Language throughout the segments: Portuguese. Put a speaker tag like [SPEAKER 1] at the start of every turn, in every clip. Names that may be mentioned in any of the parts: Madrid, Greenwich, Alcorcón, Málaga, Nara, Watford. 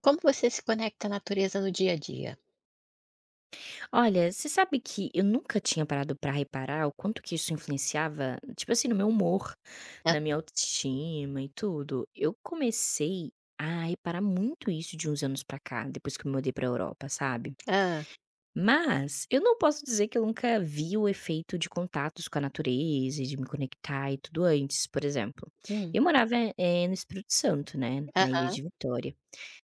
[SPEAKER 1] Como você se conecta à natureza no dia a dia?
[SPEAKER 2] Olha, você sabe que eu nunca tinha parado pra reparar o quanto que isso influenciava, tipo assim, no meu humor,
[SPEAKER 1] Hã,
[SPEAKER 2] na minha autoestima e tudo. Eu comecei a reparar muito isso de uns anos pra cá, depois que eu me mudei pra Europa, sabe?
[SPEAKER 1] hã,
[SPEAKER 2] Mas eu não posso dizer que eu nunca vi o efeito de contatos com a natureza, e de me conectar e tudo antes, por exemplo.
[SPEAKER 1] hum,
[SPEAKER 2] Eu morava no Espírito Santo, né, na
[SPEAKER 1] ah
[SPEAKER 2] ilha de Vitória.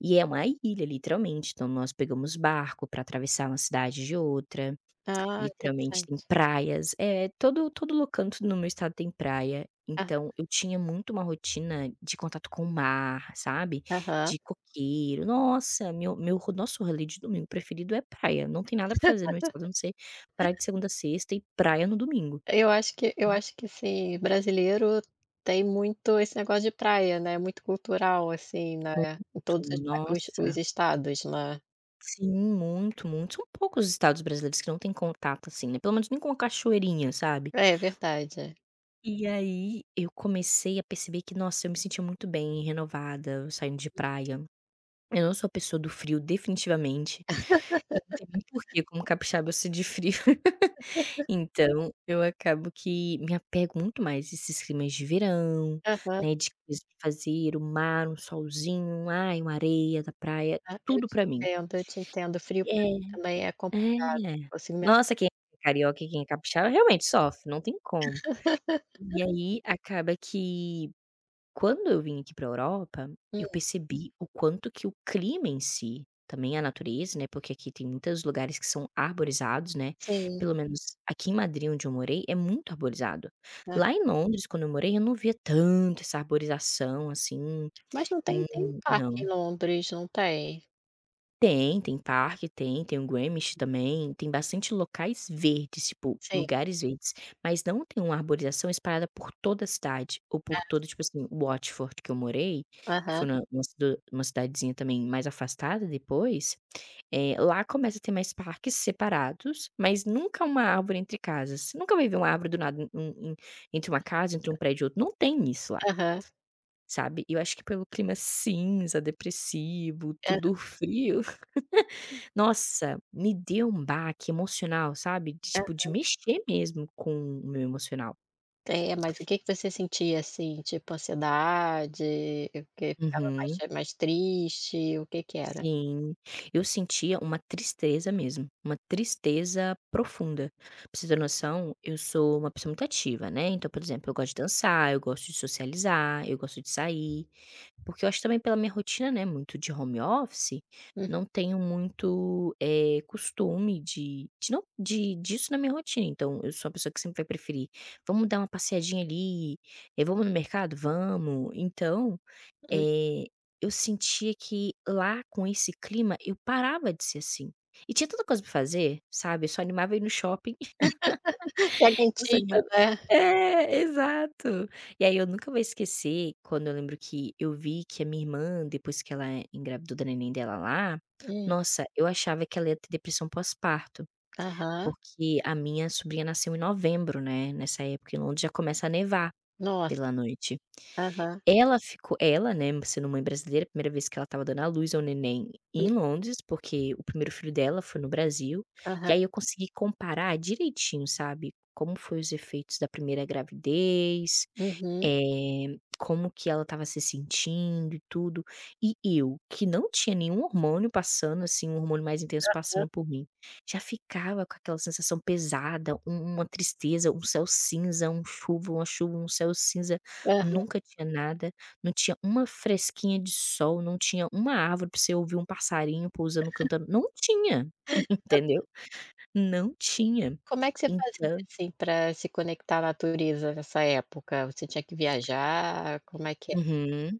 [SPEAKER 2] E é uma ilha, literalmente. Então nós pegamos barco para atravessar uma cidade de outra.
[SPEAKER 1] ah,
[SPEAKER 2] Literalmente tem
[SPEAKER 1] interessante.
[SPEAKER 2] praias, é todo locanto no meu estado tem praia,
[SPEAKER 1] Ah,
[SPEAKER 2] então eu tinha muito uma rotina de contato com o mar, sabe,
[SPEAKER 1] aham.
[SPEAKER 2] de coqueiro. Nossa, meu meu ro nosso rolê de domingo preferido é praia, não tem nada pra fazer no estado a não ser praia de segunda a sexta e praia no domingo.
[SPEAKER 1] Eu acho que assim, brasileiro tem muito esse negócio de praia, né, muito cultural assim, né, em todos
[SPEAKER 2] Muito,
[SPEAKER 1] os pa os
[SPEAKER 2] nossa.
[SPEAKER 1] estados, né.
[SPEAKER 2] Sim, muito, muito. São poucos os estados brasileiros que não têm contato, assim, né, pelo menos nem com a cachoeirinha, sabe.
[SPEAKER 1] É verdade.
[SPEAKER 2] E aí, eu comecei a perceber que, nossa, eu me sentia muito bem, renovada, saindo de praia. Eu não sou a pessoa do frio, definitivamente. E não tem nem porquê, como capixaba, eu sou de frio. Então, eu acabo que me apego muito mais a esses climas de verão,
[SPEAKER 1] Aham,
[SPEAKER 2] né, de coisas pra fazer, o mar, um solzinho, ai, uma areia da praia,
[SPEAKER 1] ah, eu
[SPEAKER 2] tudo
[SPEAKER 1] te
[SPEAKER 2] pra mim.
[SPEAKER 1] entendo, eu te entendo. Frio pra
[SPEAKER 2] É,
[SPEAKER 1] mim também é complicado,
[SPEAKER 2] é.
[SPEAKER 1] consigo me
[SPEAKER 2] Nossa, quem é carioca e quem é capixaba realmente sofre, não tem como. E aí, acaba que quando eu vim aqui para a Europa,
[SPEAKER 1] Hum,
[SPEAKER 2] eu percebi o quanto que o clima em si, também a natureza, né, porque aqui tem muitos lugares que são arborizados, né,
[SPEAKER 1] sim,
[SPEAKER 2] pelo menos aqui em Madrid, onde eu morei, é muito arborizado.
[SPEAKER 1] né.
[SPEAKER 2] Lá em Londres, quando eu morei, eu não via tanto essa arborização, assim,
[SPEAKER 1] Mas não tem
[SPEAKER 2] hum,
[SPEAKER 1] tem um parque
[SPEAKER 2] não.
[SPEAKER 1] em Londres, não tem?
[SPEAKER 2] Tem parque, tem o Greenwich também, tem bastante locais verdes, tipo,
[SPEAKER 1] Sim,
[SPEAKER 2] lugares verdes, mas não tem uma arborização espalhada por toda a cidade, ou por
[SPEAKER 1] é.
[SPEAKER 2] todo, tipo assim, Watford que eu morei, que foi
[SPEAKER 1] Aham,
[SPEAKER 2] na uma cidadezinha também mais afastada depois, lá começa a ter mais parques separados, mas nunca uma árvore entre casas, você nunca vai ver uma árvore do nada em entre uma casa, entre um prédio e outro, não tem isso lá,
[SPEAKER 1] aham.
[SPEAKER 2] sabe. Eu acho que pelo clima cinza, depressivo,
[SPEAKER 1] Aham.
[SPEAKER 2] tudo frio, nossa, me deu um baque emocional, sabe, de tipo, de mexer mesmo com o meu emocional.
[SPEAKER 1] É, mas o que que você sentia, assim, tipo ansiedade, o que ficava mais
[SPEAKER 2] Uhum,
[SPEAKER 1] mais triste, o que que era?
[SPEAKER 2] sim. Eu sentia uma tristeza mesmo, uma tristeza profunda. Pra você ter noção, eu sou uma pessoa muito ativa, né, então, por exemplo, eu gosto de dançar, eu gosto de socializar, eu gosto de sair. Porque eu acho também pela minha rotina, né, muito de home office, não tenho muito, costume de não de disso na minha rotina, então eu sou uma pessoa que sempre vai preferir: "Vamos dar uma passeadinha ali, vamos no mercado? Vamos". Então,
[SPEAKER 1] Uhum.
[SPEAKER 2] eh, eu sentia que lá com esse clima eu parava de ser assim. E tinha tanta coisa pra fazer, sabe, eu só animava ir no shopping.
[SPEAKER 1] Que é
[SPEAKER 2] Eu sou
[SPEAKER 1] quentinho,
[SPEAKER 2] animada.
[SPEAKER 1] né.
[SPEAKER 2] É, exato. E aí eu nunca vou esquecer quando eu lembro que eu vi que a minha irmã, depois que ela engravidou da neném dela lá,
[SPEAKER 1] Hum,
[SPEAKER 2] nossa, eu achava que ela ia ter depressão pós-parto,
[SPEAKER 1] aham.
[SPEAKER 2] porque a minha sobrinha nasceu em novembro, né, nessa época em Londres já começa a nevar.
[SPEAKER 1] Nossa,
[SPEAKER 2] Pela noite.
[SPEAKER 1] aham.
[SPEAKER 2] Ela, né, sendo mãe brasileira, a primeira vez que ela estava dando à luz ao neném
[SPEAKER 1] Hum,
[SPEAKER 2] em Londres, porque o primeiro filho dela foi no Brasil, e
[SPEAKER 1] aham.
[SPEAKER 2] aí eu consegui comparar direitinho, sabe, como foi os efeitos da primeira gravidez,
[SPEAKER 1] Uhum.
[SPEAKER 2] como que ela estava se sentindo e tudo. E eu, que não tinha nenhum hormônio passando, assim, um hormônio mais intenso
[SPEAKER 1] Hã,
[SPEAKER 2] passando por mim, já ficava com aquela sensação pesada, uma tristeza, um céu cinza, uma chuva, um céu cinza,
[SPEAKER 1] aham.
[SPEAKER 2] nunca tinha nada, não tinha uma fresquinha de sol, não tinha uma árvore para você ouvir um passarinho pousando, cantando, não tinha, entendeu? Não tinha.
[SPEAKER 1] Como é que você fazia,
[SPEAKER 2] Então,
[SPEAKER 1] assim, pra se conectar à natureza nessa época? Você tinha que viajar, como é que é?
[SPEAKER 2] uhum.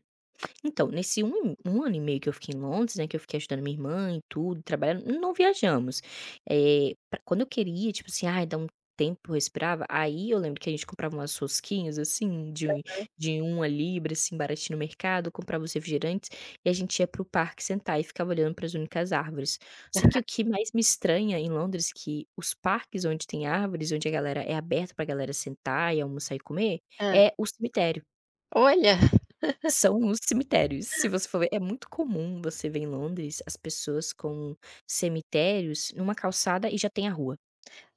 [SPEAKER 2] Então, nesse 1 e um ano e meio que eu fiquei em Londres, né, que eu fiquei ajudando minha irmã e tudo, trabalhando, não viajamos. Pra quando eu queria, tipo assim, ai, dar um tempo, eu respirava, aí eu lembro que a gente comprava umas rosquinhas, assim, de uma libra, assim, baratinho no mercado, comprava os refrigerantes e a gente ia para o parque sentar e ficava olhando para as únicas árvores. Só que o que mais me estranha em Londres que os parques onde tem árvores, onde a galera é aberto pra galera sentar e almoçar e comer,
[SPEAKER 1] Hã.
[SPEAKER 2] é o cemitério.
[SPEAKER 1] Olha,
[SPEAKER 2] São os cemitérios. Se você for ver, é muito comum você ver em Londres as pessoas com cemitérios numa calçada e já tem a rua,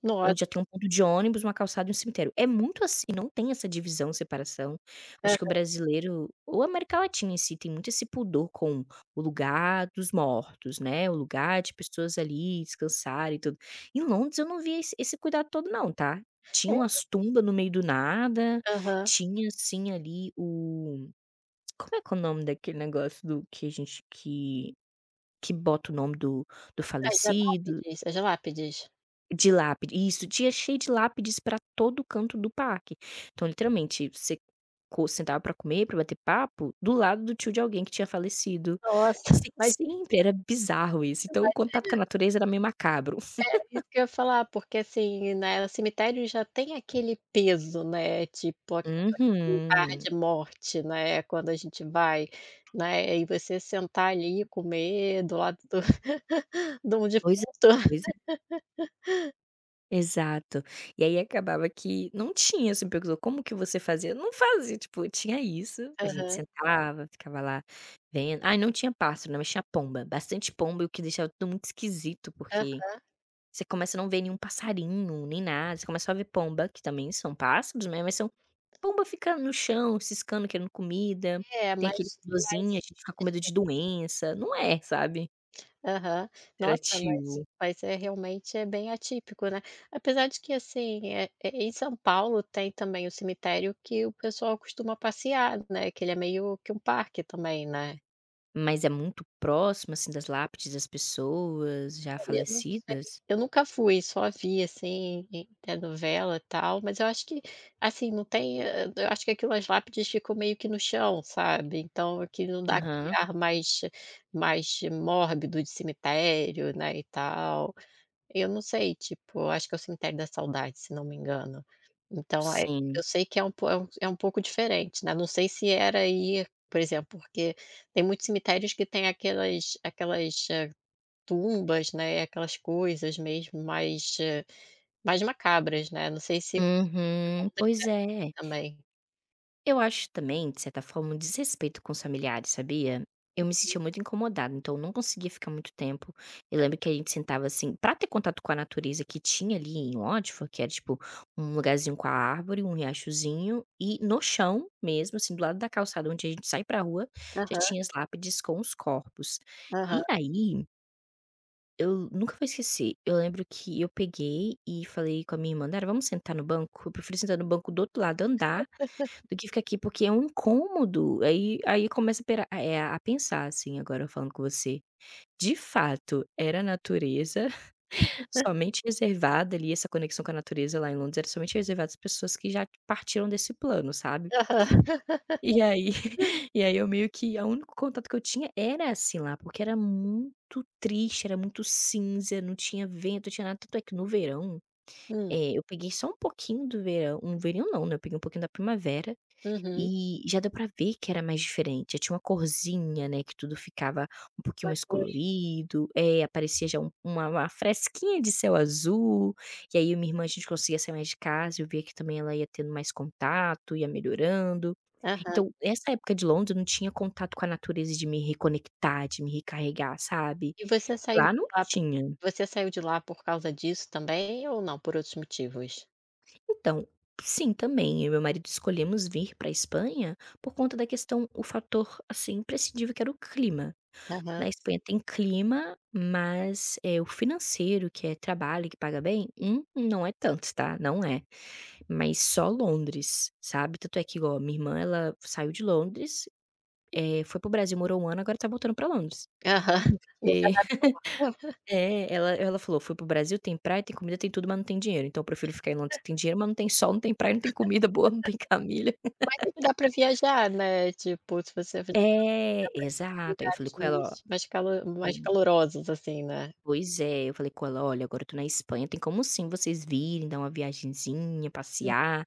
[SPEAKER 1] nossa.
[SPEAKER 2] onde já tem um ponto de ônibus, uma calçada e um cemitério. É muito assim, não tem essa divisão, separação. Acho que o
[SPEAKER 1] Aham.
[SPEAKER 2] brasileiro ou a América Latina em si tem muito esse pudor com o lugar dos mortos, né, o lugar de pessoas ali descansarem e tudo. Em Londres eu não vi esse cuidado todo não, tá. Tinha umas tumbas no meio do nada,
[SPEAKER 1] Aham.
[SPEAKER 2] tinha assim ali o, como é que é o nome daquele negócio do que a gente que bota o nome do
[SPEAKER 1] As
[SPEAKER 2] falecido?
[SPEAKER 1] lápides, as lápides.
[SPEAKER 2] De lápide, isso, tinha cheio de lápides pra todo canto do parque. Então literalmente, você co sentava pra comer, pra bater papo, do lado do tio de alguém que tinha falecido.
[SPEAKER 1] Nossa,
[SPEAKER 2] Se sempre, era bizarro isso. Então o
[SPEAKER 1] isso
[SPEAKER 2] contato com a natureza era meio macabro.
[SPEAKER 1] É, isso que eu ia falar, porque assim, né, o cemitério já tem aquele peso, né, tipo aquela aquele ar
[SPEAKER 2] Uhum.
[SPEAKER 1] de morte, né, quando a gente vai, né, e você sentar ali, comer do lado do de um
[SPEAKER 2] Pois é,
[SPEAKER 1] defunto.
[SPEAKER 2] pois é. Exato. E aí acabava que não tinha, você me perguntou: "Como que você fazia?" Eu não fazia, tipo, tinha isso, a gente
[SPEAKER 1] Aham,
[SPEAKER 2] sentava, ficava lá vendo, ai, não tinha pássaro, não, mas tinha pomba, bastante pomba, o que deixava tudo muito esquisito,
[SPEAKER 1] aham.
[SPEAKER 2] porque você começa a não ver nenhum passarinho, nem nada, você começa só a ver pomba, que também são pássaros, né, mas são, pomba fica no chão, ciscando, querendo comida,
[SPEAKER 1] É,
[SPEAKER 2] tem aquele
[SPEAKER 1] mas
[SPEAKER 2] fedorzinho, a
[SPEAKER 1] mas
[SPEAKER 2] gente fica com medo de doença, não é, sabe,
[SPEAKER 1] Aham. Nossa, mas
[SPEAKER 2] interativo.
[SPEAKER 1] mas é realmente é bem atípico, né. Apesar de que assim, em São Paulo tem também o cemitério que o pessoal costuma passear, né, que ele é meio que um parque também, né.
[SPEAKER 2] Mas é muito próximo, assim, das lápides das pessoas já
[SPEAKER 1] Olha, não sei.
[SPEAKER 2] falecidas?
[SPEAKER 1] Eu nunca fui, só vi, assim, em telenovela, e tal, mas eu acho que, assim, não tem hã, eu acho que aquelas lápides ficam meio que no chão, sabe, então aqui não dá aquele
[SPEAKER 2] Aham,
[SPEAKER 1] ar mais mais mórbido de cemitério, né, e tal. Eu não sei, tipo, eu acho que é o Cemitério da Saudade, se não me engano. Então, eh,
[SPEAKER 2] sim.
[SPEAKER 1] eu sei que é um po é um pouco diferente, né, não sei se era aí por exemplo, porque tem muitos cemitérios que tem aquelas, tumbas, né, aquelas coisas mesmo mais, mais macabras, né, não sei se de
[SPEAKER 2] Uhum,
[SPEAKER 1] Londres
[SPEAKER 2] pois
[SPEAKER 1] é assim
[SPEAKER 2] é.
[SPEAKER 1] também.
[SPEAKER 2] Eu acho também, de certa forma, um desrespeito com os familiares, sabia? Eu me sentia muito incomodada, então eu não conseguia ficar muito tempo. Eu lembro que a gente sentava assim, pra ter contato com a natureza que tinha ali em Watford, que era tipo um lugarzinho com a árvore, um riachozinho, e no chão mesmo, assim, do lado da calçada onde a gente sai pra rua, já
[SPEAKER 1] Aham,
[SPEAKER 2] tinha as lápides com os corpos. E
[SPEAKER 1] aham,
[SPEAKER 2] aí, eu nunca vou esquecer. Eu lembro que eu peguei e falei com a minha irmã: "Nara, vamos sentar no banco? Eu prefiro sentar no banco do outro lado, andar, do que ficar aqui, porque é um incômodo". Aí começa a pensar, assim, agora falando com você. De fato, era a natureza somente reservada ali, essa conexão com a natureza lá em Londres era somente reservada às pessoas que já partiram desse plano, sabe.
[SPEAKER 1] aham.
[SPEAKER 2] E aí e aí eu meio que, o único contato que eu tinha era assim lá, porque era muito triste, era muito cinza, não tinha vento, não tinha nada, tanto é que no verão,
[SPEAKER 1] Hum,
[SPEAKER 2] eu peguei só um pouquinho do verão, um verão não, né, eu peguei um pouquinho da primavera,
[SPEAKER 1] uhum,
[SPEAKER 2] e já deu pra ver que era mais diferente, já tinha uma corzinha, né, que tudo ficava um pouquinho
[SPEAKER 1] mais
[SPEAKER 2] mais
[SPEAKER 1] colorido.
[SPEAKER 2] colorido, é, aparecia já uma fresquinha de céu azul, e aí eu e minha irmã a gente conseguia sair mais de casa, eu via que também ela ia tendo mais contato, ia melhorando.
[SPEAKER 1] Aham.
[SPEAKER 2] Então, essa época de Londres eu não tinha contato com a natureza de me reconectar, de me recarregar, sabe.
[SPEAKER 1] E você saiu
[SPEAKER 2] Lá não
[SPEAKER 1] de lá
[SPEAKER 2] tinha.
[SPEAKER 1] você saiu de lá por causa disso também ou não, por outros motivos?
[SPEAKER 2] Então, sim, também, eu e meu marido escolhemos vir pra Espanha por conta da questão, o fator, assim, imprescindível que era o clima.
[SPEAKER 1] Aham,
[SPEAKER 2] Na Espanha tem clima, mas, é o financeiro, que é trabalho, que paga bem, não é tanto, tá, não é. Mas só Londres, sabe. Tanto é que ó minha irmã, ela saiu de Londres, foi pro Brasil, morou um ano, agora tá voltando pra Londres.
[SPEAKER 1] aham. Não se
[SPEAKER 2] Porque
[SPEAKER 1] adaptou.
[SPEAKER 2] é, ela falou: "Fui pro Brasil, tem praia, tem comida, tem tudo, mas não tem dinheiro. Então eu prefiro ficar em Londres que tem dinheiro, mas não tem sol, não tem praia, não tem comida boa, não tem família".
[SPEAKER 1] Mas sempre dá pra viajar, né, tipo, se você dá
[SPEAKER 2] É,
[SPEAKER 1] pra ir pra outros
[SPEAKER 2] exato. Aí eu falei
[SPEAKER 1] lugares
[SPEAKER 2] com ela:
[SPEAKER 1] mais
[SPEAKER 2] "Ó"
[SPEAKER 1] calorosos, assim, né.
[SPEAKER 2] "Pois é, eu falei com ela: Olha, agora eu tô na Espanha, tem como sim vocês virem, dar uma viagenzinha,
[SPEAKER 1] Hum.
[SPEAKER 2] passear",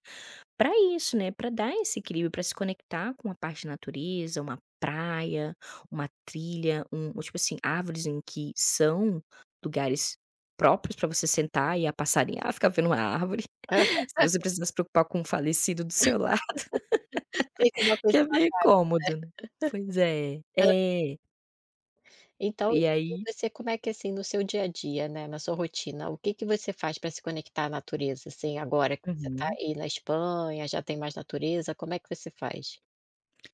[SPEAKER 2] pra isso, né, pra dar esse equilíbrio, pra se conectar com a parte da natureza, uma praia, uma trilha, um tipo assim, árvores em que são lugares próprios pra você sentar e a passarinhar, ficar vendo uma árvore,
[SPEAKER 1] Aham,
[SPEAKER 2] se você precisar se preocupar com o falecido do seu lar,
[SPEAKER 1] sei que é uma
[SPEAKER 2] que
[SPEAKER 1] coisa.
[SPEAKER 2] é meio cômodo, né. Pois é. É.
[SPEAKER 1] Então,
[SPEAKER 2] E
[SPEAKER 1] e
[SPEAKER 2] aí
[SPEAKER 1] você como é que assim, no seu dia a dia, né, na sua rotina, o que que você faz para se conectar à natureza, assim, agora que você está
[SPEAKER 2] uhum.
[SPEAKER 1] aí na Espanha, já tem mais natureza, como é que você faz?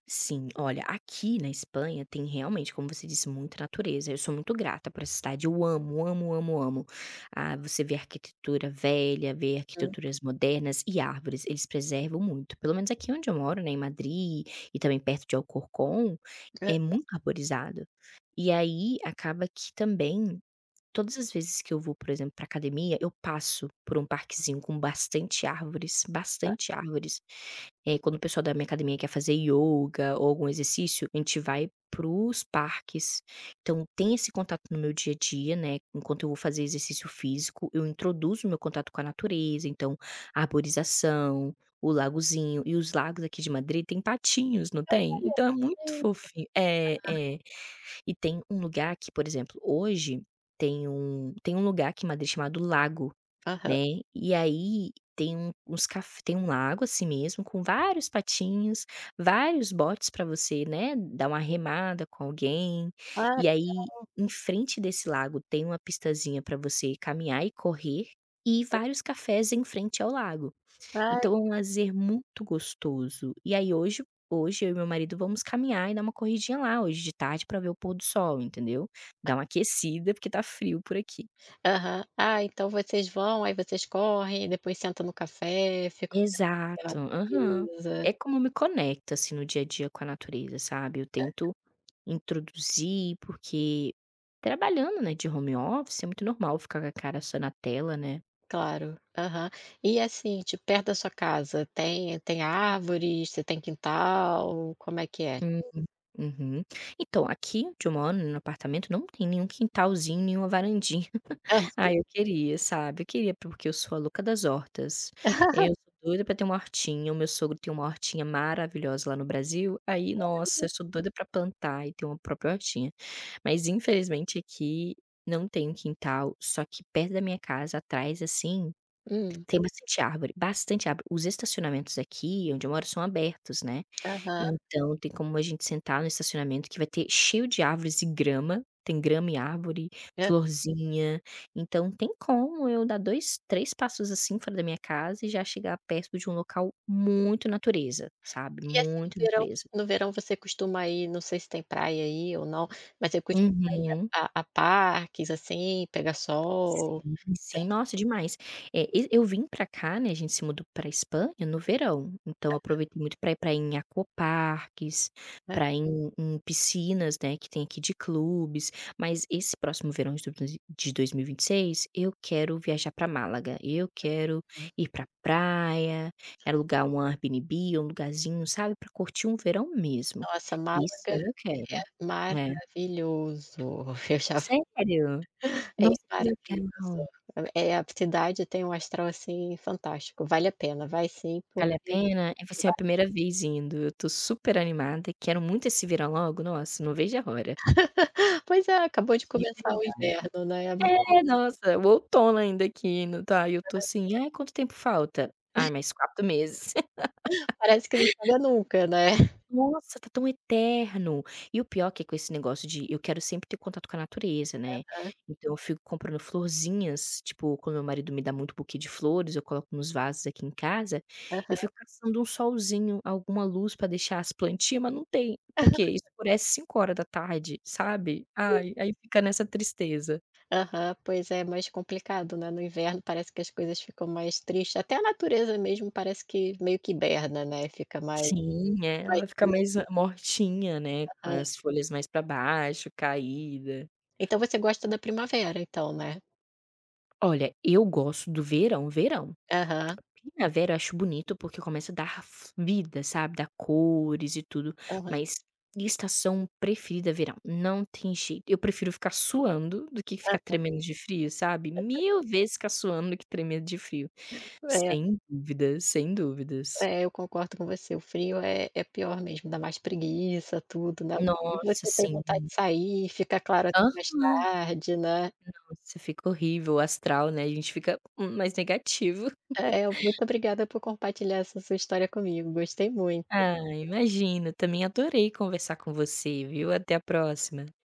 [SPEAKER 2] Sim, olha, aqui na Espanha tem realmente, como você disse, muita natureza. Eu sou muito grata por essa cidade. Eu amo, amo, amo, amo. Ah, você vê arquitetura velha, vê
[SPEAKER 1] Hum.
[SPEAKER 2] arquiteturas modernas e árvores. Eles preservam muito. Pelo menos aqui onde eu moro, né, em Madrid e também perto de Alcorcón, é muito arborizado. E aí acaba que também todas as vezes que eu vou, por exemplo, pra academia, eu passo por um parquezinho com bastante árvores, bastante árvores. Quando o pessoal da minha academia quer fazer ioga ou algum exercício, a gente vai para os parques. Então tem esse contato no meu dia a dia, né, enquanto eu vou fazer exercício físico, eu introduzo o meu contato com a natureza, então a arborização, o lagozinho e os lagos aqui de Madrid têm patinhos, não tem? Então é muito fofinho. É, é. E tem um lugar que, por exemplo, hoje tem um lugar aqui em Madrid chamado Lago,
[SPEAKER 1] Aham.
[SPEAKER 2] né, e aí tem um lago assim mesmo com vários patinhos, vários botes para você, né, dar uma remada com alguém,
[SPEAKER 1] Ai,
[SPEAKER 2] e aí em frente desse lago tem uma pistazinha para você caminhar e correr, e vários cafés em frente ao lago.
[SPEAKER 1] ai.
[SPEAKER 2] Então é um lazer muito gostoso. E aí hoje eu e meu marido vamos caminhar e dar uma corridinha lá hoje de tarde para ver o pôr do sol, entendeu. Dar uma aquecida, porque tá frio por aqui.
[SPEAKER 1] Aham. Ah, então vocês vão, aí vocês correm, depois sentam no café, ficam olhando assim a
[SPEAKER 2] Exato, aham.
[SPEAKER 1] natureza.
[SPEAKER 2] É como eu me conecto, assim, no dia a dia com a natureza, sabe. Eu tento introduzir, porque trabalhando, né, de home office é muito normal ficar com a cara só na tela, né.
[SPEAKER 1] Claro. Aham. E assim, tipo, perto da sua casa, tem árvores, você tem quintal, como é que é?
[SPEAKER 2] Hum, uhum. Então, aqui onde eu moro, no apartamento, não tem nenhum quintalzinho, nenhuma varandinha.
[SPEAKER 1] Hã.
[SPEAKER 2] Ah, eu queria, sabe, eu queria porque eu sou a louca das hortas. Eu sou doida pra ter uma hortinha, o meu sogro tem uma hortinha maravilhosa lá no Brasil, aí, nossa, eu sou doida pra plantar e ter uma própria hortinha. Mas infelizmente aqui não tem um quintal, só que perto da minha casa, atrás, assim,
[SPEAKER 1] Hum.
[SPEAKER 2] tem bastante árvore, bastante árvore. Os estacionamentos aqui onde eu moro são abertos, né.
[SPEAKER 1] Aham.
[SPEAKER 2] Então tem como a gente sentar no estacionamento que vai ter cheio de árvores e grama, tem grama e árvore, florzinha, então tem como eu dar 2 3 passos, assim, fora da minha casa e já chegar perto de um local muito natureza, sabe,
[SPEAKER 1] E assim, no
[SPEAKER 2] muito
[SPEAKER 1] verão
[SPEAKER 2] natureza.
[SPEAKER 1] no verão você costuma ir, não sei se tem praia aí ou não, mas você costuma ir
[SPEAKER 2] Uhum.
[SPEAKER 1] a parques, assim, pegar sol?
[SPEAKER 2] Sim,
[SPEAKER 1] Tem,
[SPEAKER 2] sim, nossa, demais. E eu vim pra cá, né, a gente se mudou pra Espanha no verão, então eu aproveitei muito pra ir em aquaparques,
[SPEAKER 1] né?
[SPEAKER 2] pra ir em piscinas, né, que tem aqui de clubes, mas esse próximo verão de 2026 eu quero viajar pra Málaga, eu quero
[SPEAKER 1] Hum.
[SPEAKER 2] ir pra praia, alugar um Airbnb um lugarzinho, sabe, pra curtir um verão mesmo.
[SPEAKER 1] Nossa,
[SPEAKER 2] Esse
[SPEAKER 1] Málaga,
[SPEAKER 2] ano eu quero. É.
[SPEAKER 1] maravilhoso. Eu já.
[SPEAKER 2] Sério?
[SPEAKER 1] É
[SPEAKER 2] Nossa, que
[SPEAKER 1] maravilhoso.
[SPEAKER 2] legal.
[SPEAKER 1] É, a cidade tem um astral, assim, fantástico. Vale a pena, vai sim, po
[SPEAKER 2] Vale a pena? É, vai ser minha primeira vez indo, eu tô super animada, quero muito esse Vira Logo, nossa, não vejo a hora.
[SPEAKER 1] Pois é, acabou de
[SPEAKER 2] De
[SPEAKER 1] começar o
[SPEAKER 2] verdade.
[SPEAKER 1] inverno, né,
[SPEAKER 2] É, nossa, o outono ainda aqui, não tá? E eu tô assim: "Ai, quanto tempo falta?". "Ai, mais 4 meses".
[SPEAKER 1] parece que não acaba nunca, né.
[SPEAKER 2] Nossa, tá tão eterno. E o pior que é com esse negócio de eu quero sempre ter contato com a natureza, né, então eu fico comprando florzinhas, tipo, quando meu marido me dá muito buquê de flores, eu coloco nos vasos aqui em casa, eu fico caçando um solzinho, alguma luz pra deixar as plantinhas, mas não tem, porque escurece 5 horas da tarde, sabe. Ai,
[SPEAKER 1] Aham.
[SPEAKER 2] aí fica nessa tristeza.
[SPEAKER 1] Aham, pois é, mais complicado, né, no inverno parece que as coisas ficam mais tristes, até a natureza mesmo parece que meio que hiberna, né, fica mais
[SPEAKER 2] Sim, é,
[SPEAKER 1] mais
[SPEAKER 2] ela fica mais ah, mortinha, né, com
[SPEAKER 1] Aham.
[SPEAKER 2] as folhas mais pra baixo, caída.
[SPEAKER 1] Então você gosta da primavera então, né?
[SPEAKER 2] Olha, eu gosto do verão, verão.
[SPEAKER 1] Aham,
[SPEAKER 2] Primavera eu acho bonito porque começa a dar f vida, sabe, dá cores e tudo,
[SPEAKER 1] aham.
[SPEAKER 2] mas estação preferida é verão, não tem jeito. Eu prefiro ficar suando do que ficar tremendo de frio, sabe, mil vezes ficar suando do que tremendo de frio,
[SPEAKER 1] É,
[SPEAKER 2] sem dúvidas, sem dúvidas.
[SPEAKER 1] é, eu concordo com você, o frio é pior mesmo, dá mais preguiça, tudo, né,
[SPEAKER 2] Nossa,
[SPEAKER 1] você tem vontade
[SPEAKER 2] sim.
[SPEAKER 1] de sair, fica claro até mais
[SPEAKER 2] Aham.
[SPEAKER 1] tarde, né.
[SPEAKER 2] Nossa, fica horrível o astral, né, a gente fica, mais negativo.
[SPEAKER 1] É, muito obrigada por compartilhar essa sua história comigo, gostei muito.
[SPEAKER 2] Ah, imagina, também adorei conversar com você, viu, até a próxima.